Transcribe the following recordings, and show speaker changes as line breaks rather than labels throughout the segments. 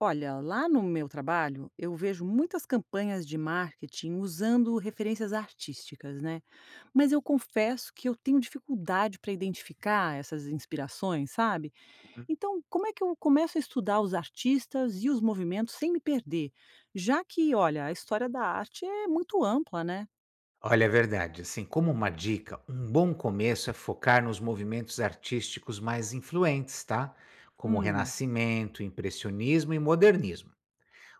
Olha, lá no meu trabalho, eu vejo muitas campanhas de marketing usando referências artísticas, né? Mas eu confesso que eu tenho dificuldade para identificar essas inspirações, sabe?
Hum.
Então, como é que eu começo a estudar os artistas e os movimentos sem me perder? Já que, olha, a história da arte é muito ampla, né?
Olha, é verdade. Assim, como uma dica, um bom começo é focar nos movimentos artísticos mais influentes, tá? Como o
Hum,
Renascimento, Impressionismo e Modernismo.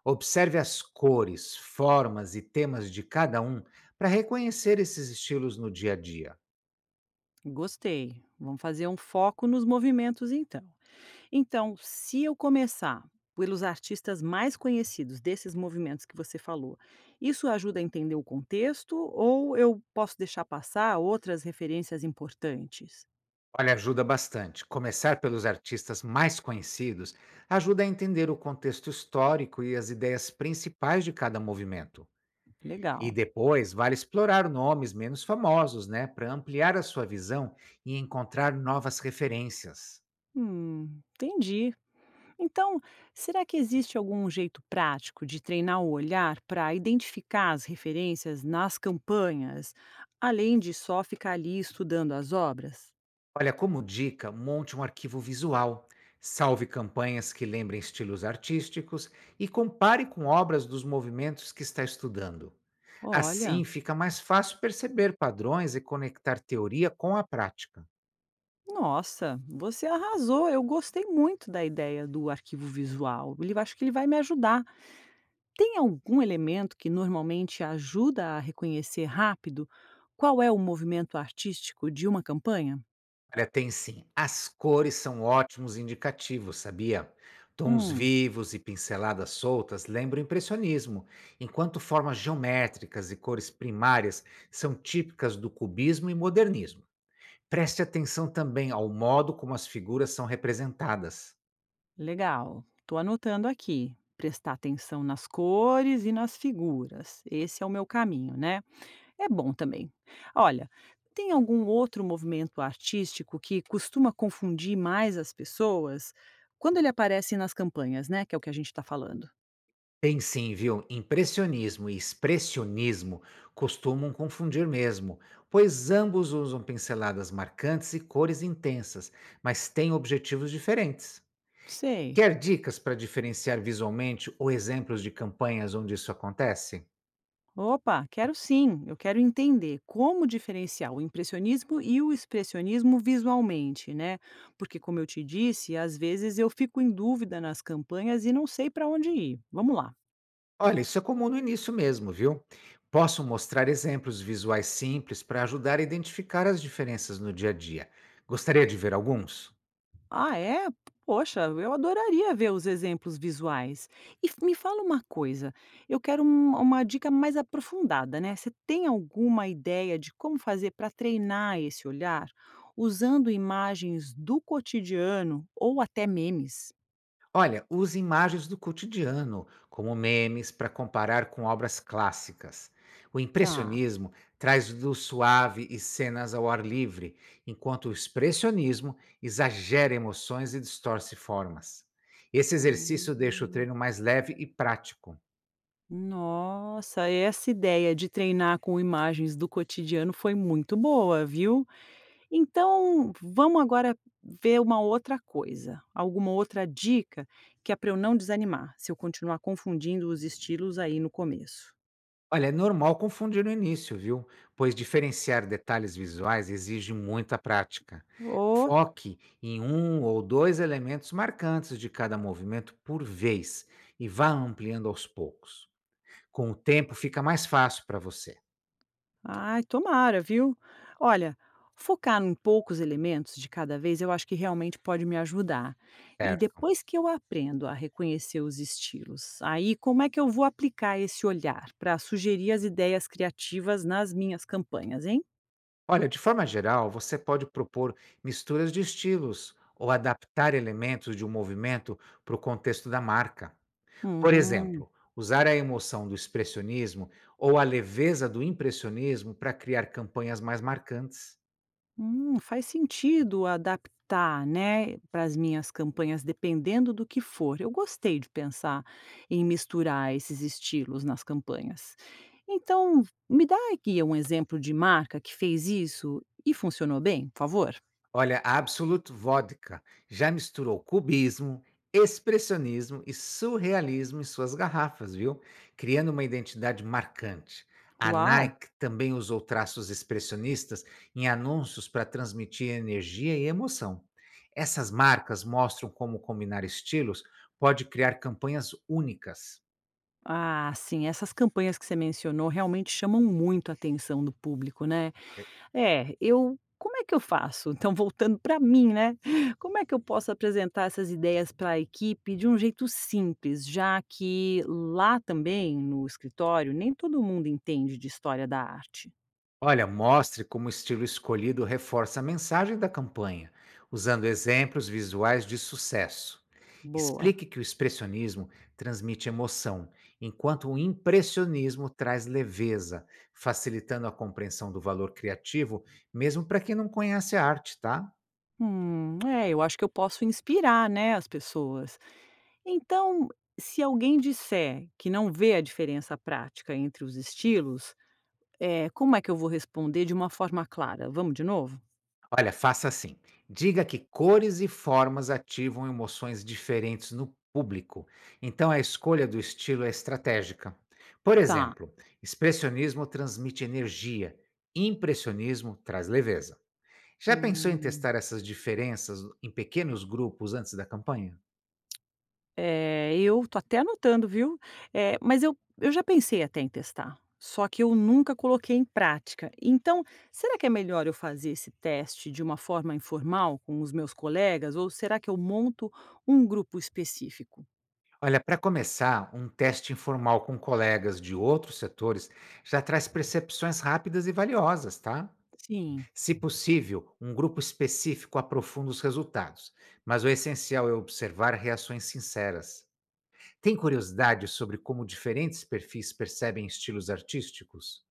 Observe as cores, formas e temas de cada um para reconhecer esses estilos no dia a dia.
gostei. Vamos fazer um foco nos movimentos então. Então, se eu começar pelos artistas mais conhecidos desses movimentos que você falou, isso ajuda a entender o contexto ou eu posso deixar passar outras referências importantes?
Olha, ajuda bastante. Começar pelos artistas mais conhecidos ajuda a entender o contexto histórico e as ideias principais de cada movimento. E
Legal.
depois vale explorar nomes menos famosos, né, para ampliar a sua visão e encontrar novas referências.
Entendi. Então, será que existe algum jeito prático de treinar o olhar para identificar as referências nas campanhas, além de só ficar ali estudando as obras?
Olha, como dica, monte um arquivo visual. Salve campanhas que lembrem estilos artísticos e compare com obras dos movimentos que está estudando.
Olha,
Assim, fica mais fácil perceber padrões e conectar teoria com a prática.
nossa, você arrasou. Eu gostei muito da ideia do arquivo visual. Ele acho que ele vai me ajudar. Tem algum elemento que normalmente ajuda a reconhecer rápido qual é o movimento artístico de uma campanha?
Olha, tem sim. As cores são ótimos indicativos, sabia? Tons
Hum,
vivos e pinceladas soltas lembram o impressionismo, enquanto formas geométricas e cores primárias são típicas do cubismo e modernismo. Preste atenção também ao modo como as figuras são representadas.
legal. Estou anotando aqui. Prestar atenção nas cores e nas figuras. Esse é o meu caminho, né? É bom também. Olha, tem algum outro movimento artístico que costuma confundir mais as pessoas quando ele aparece nas campanhas, né, que é o que a gente está falando?
Pensem, viu? Impressionismo e expressionismo costumam confundir mesmo, pois ambos usam pinceladas marcantes e cores intensas, mas têm objetivos diferentes.
Sei.
Quer dicas para diferenciar visualmente ou exemplos de campanhas onde isso acontece?
Opa, quero sim. Eu quero entender como diferenciar o impressionismo e o expressionismo visualmente, né? Porque, como eu te disse, às vezes eu fico em dúvida nas campanhas e não sei para onde ir. Vamos lá.
Olha, isso é comum no início mesmo, viu? Posso mostrar exemplos visuais simples para ajudar a identificar as diferenças no dia a dia. Gostaria de ver alguns?
Ah, é? Poxa, eu adoraria ver os exemplos visuais. Me fala uma coisa, eu quero uma dica mais aprofundada, né? Você tem alguma ideia de como fazer para treinar esse olhar usando imagens do cotidiano ou até memes?
Olha, use imagens do cotidiano, como memes, para comparar com obras clássicas. O
Tá.
impressionismo traz luz suave e cenas ao ar livre, enquanto o expressionismo exagera emoções e distorce formas. Esse
Hum,
exercício deixa o treino mais leve e prático.
nossa, essa ideia de treinar com imagens do cotidiano foi muito boa, viu? Então, vamos agora ver uma outra coisa, alguma outra dica que é para eu não desanimar, se eu continuar confundindo os estilos aí no começo.
Olha, é normal confundir no início, viu? Pois diferenciar detalhes visuais exige muita prática.
Oh,
Foque em um ou dois elementos marcantes de cada movimento por vez e vá ampliando aos poucos. Com o tempo, fica mais fácil para você,
ai, tomara, viu? Olha, focar em poucos elementos de cada vez, eu acho que realmente pode me ajudar. E
certo?
depois que eu aprendo a reconhecer os estilos, aí como é que eu vou aplicar esse olhar para sugerir as ideias criativas nas minhas campanhas, hein?
Olha, de forma geral, você pode propor misturas de estilos ou adaptar elementos de um movimento para o contexto da marca. Por
Hum.
exemplo, usar a emoção do expressionismo ou a leveza do impressionismo para criar campanhas mais marcantes.
Faz sentido adaptar, né, para as minhas campanhas, dependendo do que for. Eu gostei de pensar em misturar esses estilos nas campanhas. Então, me dá aqui um exemplo de marca que fez isso e funcionou bem, por favor.
Olha, a Absolute Vodka já misturou cubismo, expressionismo e surrealismo em suas garrafas, viu? Criando uma identidade marcante. A
Uau!
Nike também usou traços expressionistas em anúncios para transmitir energia e emoção. Essas marcas mostram como combinar estilos pode criar campanhas únicas.
Ah, sim, essas campanhas que você mencionou realmente chamam muito a atenção do público, né? É, eu como é que eu faço? Então voltando para mim, né, como é que eu posso apresentar essas ideias para a equipe de um jeito simples, já que lá também no escritório nem todo mundo entende de história da arte?
Olha, mostre como o estilo escolhido reforça a mensagem da campanha, usando exemplos visuais de sucesso.
Boa.
Explique que o expressionismo transmite emoção, enquanto o impressionismo traz leveza, facilitando a compreensão do valor criativo, mesmo para quem não conhece a arte, tá?
É, eu acho que eu posso inspirar, né, as pessoas. Então, se alguém disser que não vê a diferença prática entre os estilos, é como é que eu vou responder de uma forma clara? Vamos de novo?
Olha, faça assim. Diga que cores e formas ativam emoções diferentes no público. Então a escolha do estilo é estratégica. Por
Tá.
exemplo, expressionismo transmite energia, impressionismo traz leveza. Já pensou em
Hum.
testar essas diferenças em pequenos grupos antes da campanha?
É, eu tô até anotando, viu. Mas eu já pensei até em testar, só que eu nunca coloquei em prática. Então, será que é melhor eu fazer esse teste de uma forma informal com os meus colegas ou será que eu monto um grupo específico?
Olha, para começar, um teste informal com colegas de outros setores já traz percepções rápidas e valiosas, tá?
Sim.
Se possível, um grupo específico aprofunda os resultados, mas o essencial é observar reações sinceras. Tem curiosidade sobre como diferentes perfis percebem estilos artísticos?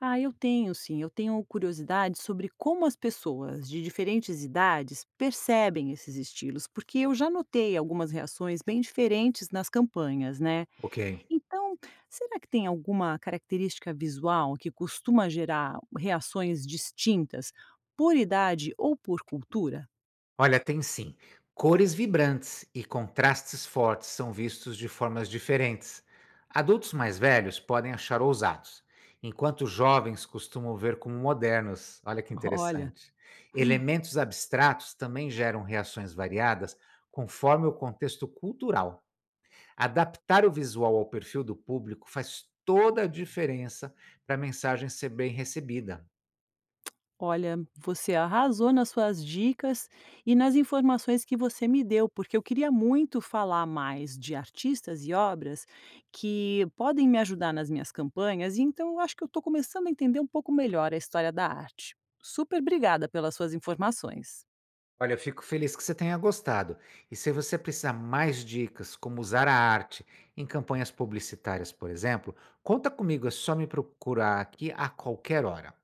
Ah, eu tenho sim, eu tenho curiosidade sobre como as pessoas de diferentes idades percebem esses estilos, porque eu já notei algumas reações bem diferentes nas campanhas, né.
Ok.
Então, será que tem alguma característica visual que costuma gerar reações distintas por idade ou por cultura?
Olha, tem sim. Cores vibrantes e contrastes fortes são vistos de formas diferentes. Adultos mais velhos podem achar ousados, enquanto jovens costumam ver como modernos. Olha que
Olha,
interessante. Elementos abstratos também geram reações variadas conforme o contexto cultural. Adaptar o visual ao perfil do público faz toda a diferença para a mensagem ser bem recebida.
olha, você arrasou nas suas dicas e nas informações que você me deu, porque eu queria muito falar mais de artistas e obras que podem me ajudar nas minhas campanhas, e então eu acho que eu estou começando a entender um pouco melhor a história da arte. Super obrigada pelas suas informações.
Olha, eu fico feliz que você tenha gostado. E se você precisar mais dicas como usar a arte em campanhas publicitárias, por exemplo, conta comigo, é só me procurar aqui a qualquer hora.